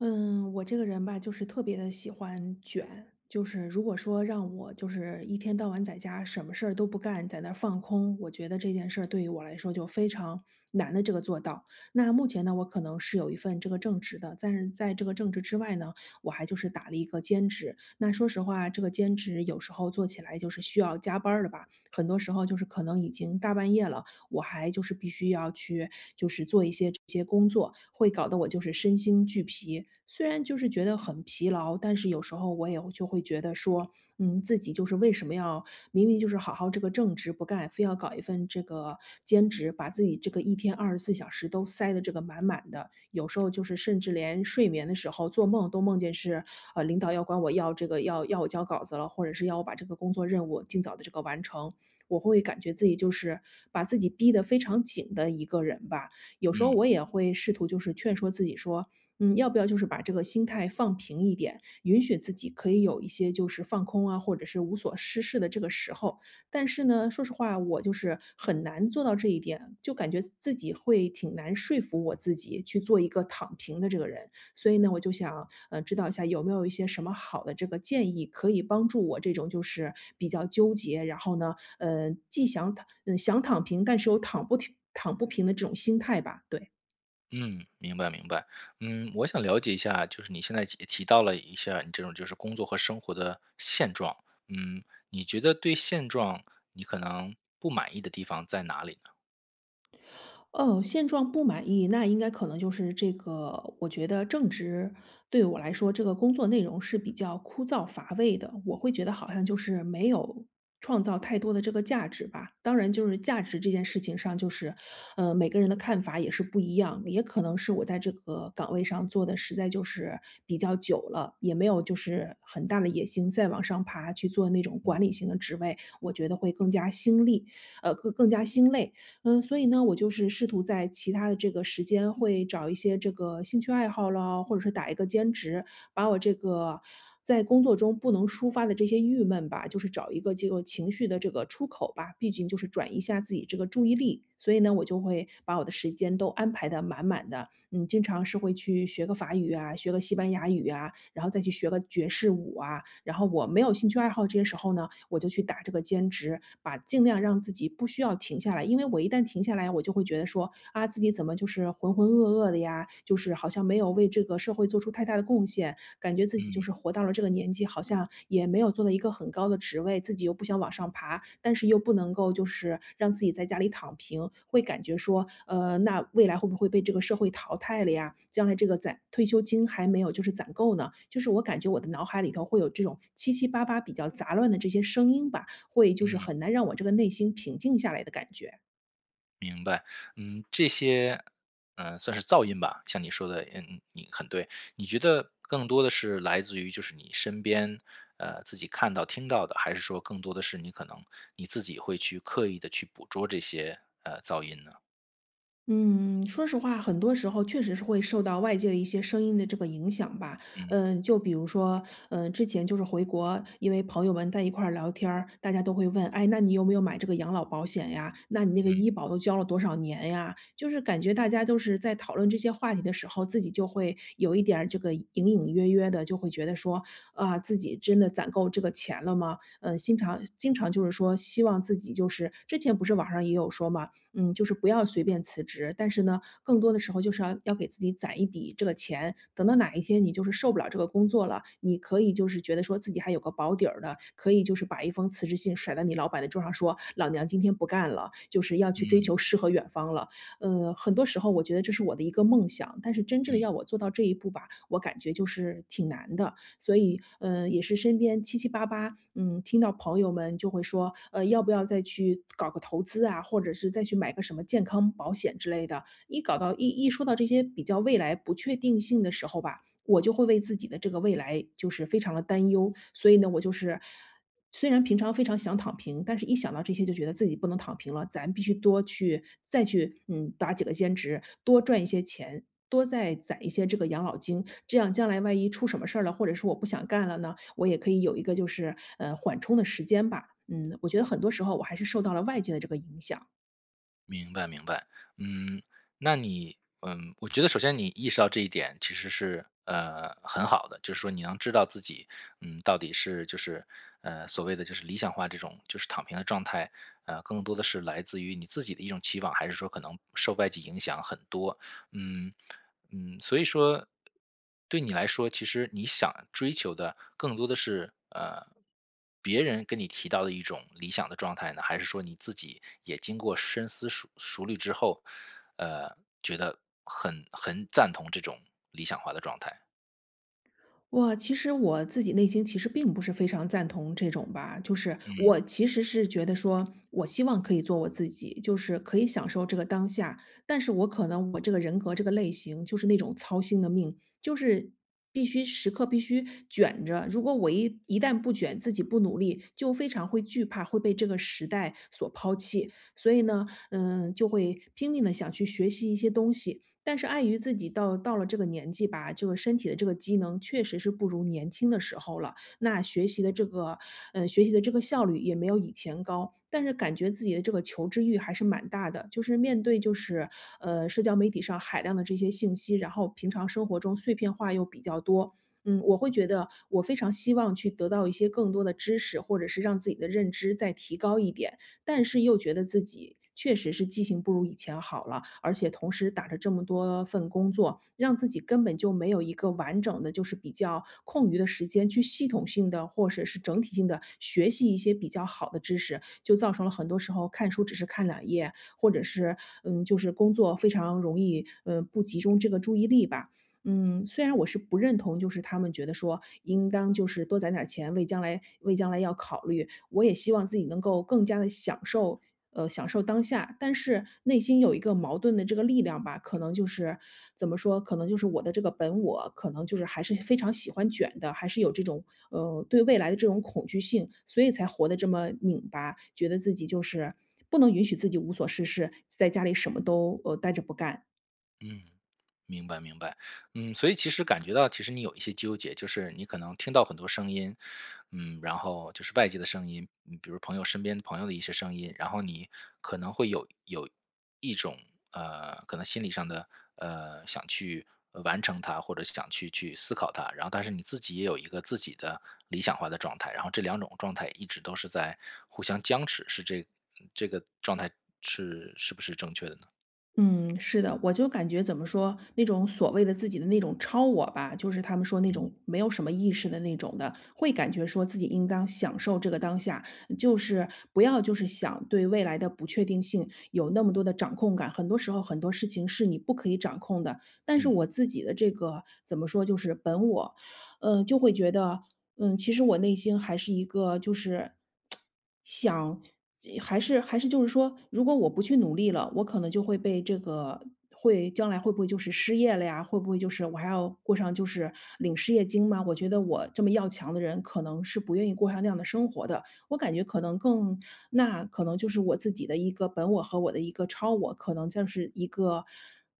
嗯，我这个人吧，就是特别的喜欢卷，就是如果说让我就是一天到晚在家什么事儿都不干，在那儿放空，我觉得这件事儿对于我来说就非常难的这个做到。那目前呢，我可能是有一份这个正职的，但是在这个正职之外呢，我还就是打了一个兼职。那说实话，这个兼职有时候做起来就是需要加班儿的吧，很多时候就是可能已经大半夜了，我还就是必须要去就是做一些这些工作，会搞得我就是身心俱疲。虽然就是觉得很疲劳，但是有时候我也就会觉得说，自己就是为什么要明明就是好好这个正职不干，非要搞一份这个兼职，把自己这个一天24小时都塞的这个满满的。有时候就是甚至连睡眠的时候做梦都梦见是领导要管我要这个要我交稿子了，或者是要我把这个工作任务尽早的这个完成。我会感觉自己就是把自己逼得非常紧的一个人吧。有时候嗯我也会试图就是劝说自己说，要不要就是把这个心态放平一点，允许自己可以有一些就是放空啊，或者是无所事事的这个时候。但是呢，说实话，我就是很难做到这一点，就感觉自己会挺难说服我自己去做一个躺平的这个人。所以呢，我就想，知道一下有没有一些什么好的这个建议，可以帮助我这种就是比较纠结，然后呢既想想躺平，但是又躺不平的这种心态吧，对。嗯，明白明白。嗯，我想了解一下，就是你现在提到了一下你这种就是工作和生活的现状，嗯，你觉得对现状你可能不满意的地方在哪里呢？哦，现状不满意，那应该可能就是这个，我觉得正职对我来说，这个工作内容是比较枯燥乏味的，我会觉得好像就是没有创造太多的这个价值吧。当然，就是价值这件事情上，就是，每个人的看法也是不一样，也可能是我在这个岗位上做的实在就是比较久了，也没有就是很大的野心再往上爬去做那种管嗯理型的职位，我觉得会更加心力，更加心累。所以呢，我就是试图在其他的这个时间会找一些这个兴趣爱好咯，或者是打一个兼职，把我这个在工作中不能抒发的这些郁闷吧，就是找一个这个情绪的这个出口吧，毕竟就是转移一下自己这个注意力。所以呢，我就会把我的时间都安排的满满的，经常是会去学个法语啊，学个西班牙语啊，然后再去学个爵士舞啊。然后我没有兴趣爱好这些时候呢，我就去打这个兼职，把尽量让自己不需要停下来。因为我一旦停下来，我就会觉得说啊，自己怎么就是浑浑噩噩的呀，就是好像没有为这个社会做出太大的贡献，感觉自己就嗯是活到了这个年纪，好像也没有做到一个很高的职位，自己又不想往上爬，但是又不能够就是让自己在家里躺平，会感觉说，那未来会不会被这个社会淘汰了呀？将来这个攒退休金还没有就是攒够呢？就是我感觉我的脑海里头会有这种七七八八比较杂乱的这些声音吧，会就是嗯，很难让我这个内心平静下来的感觉。明白。嗯，这些，嗯算是噪音吧，像你说的，嗯，你很对。你觉得更多的是来自于就是你身边，自己看到听到的，还是说更多的是你可能你自己会去刻意的去捕捉这些噪音呢？嗯，说实话，很多时候确实是会受到外界的一些声音的这个影响吧。嗯。就比如说，之前就是回国，因为朋友们在一块儿聊天儿，大家都会问，哎，那你有没有买这个养老保险呀？那你那个嗯医保都交了多少年呀？就是感觉大家都是在讨论这些话题的时候，自己就会有一点儿这个隐隐约约的，就会觉得说，啊，自己真的攒够这个钱了吗？经常就是说，希望自己就是之前不是网上也有说嘛，就是不要随便辞职，但是呢，更多的时候就是要给自己攒一笔这个钱，等到哪一天你就是受不了这个工作了，你可以就是觉得说自己还有个保底儿的，可以就是把一封辞职信甩到你老板的桌上说，老娘今天不干了，就是要去追嗯求诗和远方了。很多时候我觉得这是我的一个梦想，但是真正的嗯，要我做到这一步吧，我感觉就是挺难的。所以，也是身边七七八八，听到朋友们就会说，要不要再去搞个投资啊，或者是再去买个什么健康保险之类的。一说到这些比较未来不确定性的时候吧，我就会为自己的这个未来就是非常的担忧。所以呢，我就是虽然平常非常想躺平，但是一想到这些就觉得自己不能躺平了，咱必须多去再去，打几个兼职，多赚一些钱，多再攒一些这个养老金，这样将来万一出什么事儿了，或者是我不想干了呢，我也可以有一个就是，缓冲的时间吧。嗯，我觉得很多时候我还是受到了外界的这个影响。明白明白。嗯，那你，嗯，我觉得首先你意识到这一点其实是很好的，就是说你能知道自己，嗯，到底是就是所谓的就是理想化这种就是躺平的状态，更多的是来自于你自己的一种期望，还是说可能受外界影响很多？嗯，嗯，所以说，对你来说，其实你想追求的更多的是别人跟你提到的一种理想的状态呢，还是说你自己也经过深思熟虑之后，呃，觉得很赞同这种理想化的状态？哇，其实我自己内心其实并不是非常赞同这种吧，就是我嗯其实是觉得说，我希望可以做我自己，就是可以享受这个当下，但是我可能我这个人格这个类型就是那种操心的命，就是必须时刻必须卷着，如果我一旦不卷，自己不努力，就非常会惧怕会被这个时代所抛弃，所以呢，就会拼命的想去学习一些东西，但是碍于自己到了这个年纪吧，这个身体的这个机能确实是不如年轻的时候了。那学习的这个，呃，学习的这个效率也没有以前高，但是感觉自己的这个求知欲还是蛮大的。就是面对就是，社交媒体上海量的这些信息，然后平常生活中碎片化又比较多，我会觉得我非常希望去得到一些更多的知识，或者是让自己的认知再提高一点。但是又觉得自己确实是记性不如以前好了，而且同时打着这么多份工作，让自己根本就没有一个完整的，就是比较空余的时间去系统性的或者是整体性的学习一些比较好的知识，就造成了很多时候看书只是看2页，或者是就是工作非常容易不集中这个注意力吧。虽然我是不认同，就是他们觉得说应当就是多攒点儿钱，为将来要考虑。我也希望自己能够更加的享受享受当下。但是内心有一个矛盾的这个力量吧，可能就是怎么说，可能就是我的这个本我，可能就是还是非常喜欢卷的，还是有这种，对未来的这种恐惧性，所以才活得这么拧巴，觉得自己就是不能允许自己无所事事，在家里什么都，待着不干。嗯，明白明白。嗯，所以其实感觉到，其实你有一些纠结，就是你可能听到很多声音，嗯，然后就是外界的声音，嗯比如朋友身边朋友的一些声音，然后你可能会有一种可能心理上的想去完成它，或者想去思考它，然后但是你自己也有一个自己的理想化的状态，然后这两种状态一直都是在互相僵持，嗯这个状态是不是正确的呢？嗯，是的，我就感觉怎么说，那种所谓的自己的那种超我吧，就是他们说那种嗯没有什么意识的那种的，会感觉说自己应当享受这个当下，就是不要就是想对未来的不确定性有那么多的掌控感。很多时候很多事情是你不可以掌控的，但是嗯，我自己的这个怎么说，就是本我，嗯，就会觉得，嗯，其实我内心还是一个就是想还是就是说，如果我不去努力了，我可能就会被这个会将来会不会就是失业了呀？会不会就是我还要过上就是领失业金吗？我觉得我这么要强的人，可能是不愿意过上那样的生活的。我感觉可能更那可能就是我自己的一个本我和我的一个超我，可能就是一个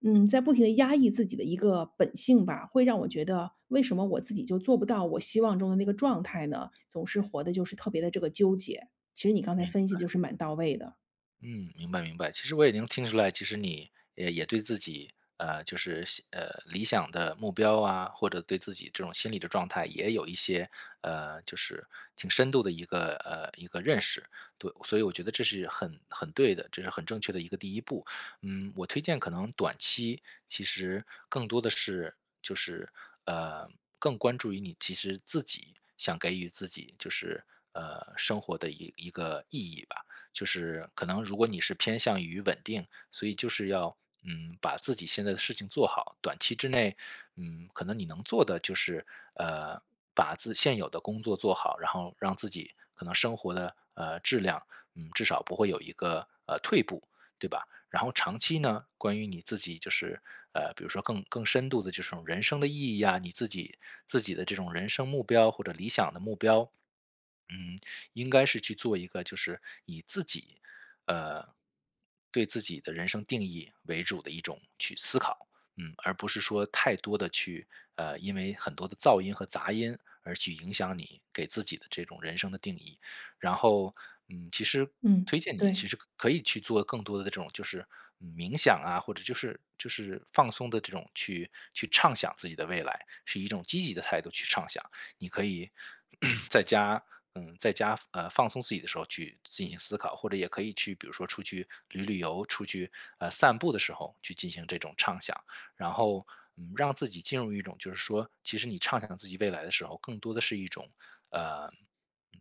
嗯，在不停的压抑自己的一个本性吧，会让我觉得为什么我自己就做不到我希望中的那个状态呢？总是活的就是特别的这个纠结，其实你刚才明分析的就是蛮到位的，嗯，明白明白。其实我已经听出来，其实你也对自己，就是理想的目标啊，或者对自己这种心理的状态，也有一些就是挺深度的一个一个认识。对，所以我觉得这是很对的，这是很正确的一个第一步。嗯，我推荐可能短期其实更多的是就是呃更关注于你其实自己想给予自己就是生活的一个意义吧。就是可能如果你是偏向于稳定，所以就是要嗯把自己现在的事情做好，短期之内，嗯，可能你能做的就是呃把自现有的工作做好，然后让自己可能生活的质量，嗯，至少不会有一个退步，对吧？然后长期呢，关于你自己就是比如说更深度的这种人生的意义啊，你自己的这种人生目标或者理想的目标，嗯，应该是去做一个就是以自己，呃，对自己的人生定义为主的一种去思考，嗯，而不是说太多的去，因为很多的噪音和杂音而去影响你给自己的这种人生的定义。然后，嗯，其实嗯，推荐你对。其实可以去做更多的这种就是嗯冥想啊，或者就是放松的这种去畅想自己的未来，是一种积极的态度去畅想。你可以 在家，嗯，在家放松自己的时候去进行思考，或者也可以去，比如说出去旅游，出去散步的时候去进行这种畅想，然后嗯，让自己进入一种就是说，其实你畅想自己未来的时候，更多的是一种呃嗯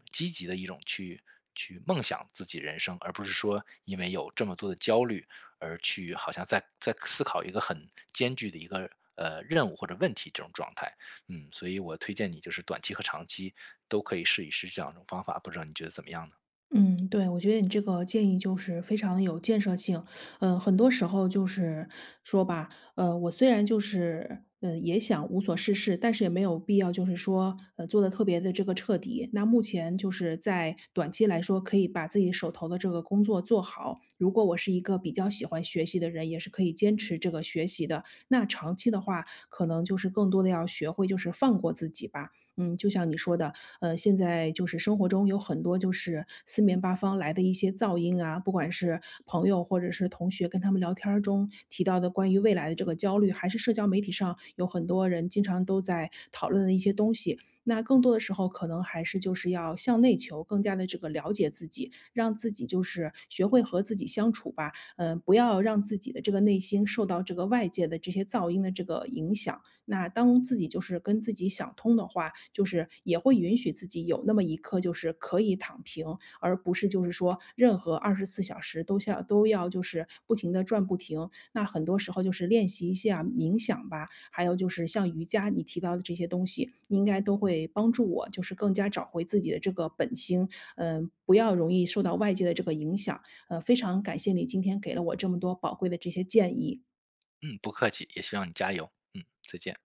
积极的一种去梦想自己人生，而不是说因为有这么多的焦虑而去好像在思考一个很艰巨的一个任务或者问题这种状态。嗯，所以我推荐你就是短期和长期都可以试一试这两种方法，不知道你觉得怎么样呢？嗯，对，我觉得你这个建议就是非常的有建设性。嗯，很多时候就是说吧，我虽然就是也想无所事事，但是也没有必要就是说做的特别的这个彻底。那目前就是在短期来说，可以把自己手头的这个工作做好。如果我是一个比较喜欢学习的人，也是可以坚持这个学习的。那长期的话，可能就是更多的要学会就是放过自己吧。嗯，就像你说的，现在就是生活中有很多就是四面八方来的一些噪音啊，不管是朋友或者是同学跟他们聊天儿中提到的关于未来的这个焦虑，还是社交媒体上有很多人经常都在讨论的一些东西。那更多的时候，可能还是就是要向内求，更加的这个了解自己，让自己就是学会和自己相处吧。嗯、不要让自己的这个内心受到这个外界的这些噪音的这个影响。那当自己就是跟自己想通的话，就是也会允许自己有那么一刻，就是可以躺平，而不是就是说任何24小时都像都要就是不停的转不停。那很多时候就是练习一下冥想吧，还有就是像瑜伽你提到的这些东西，应该都会帮助我，就是更加找回自己的这个本心，嗯、不要容易受到外界的这个影响。非常感谢你今天给了我这么多宝贵的这些建议。嗯，不客气，也希望你加油。嗯，再见。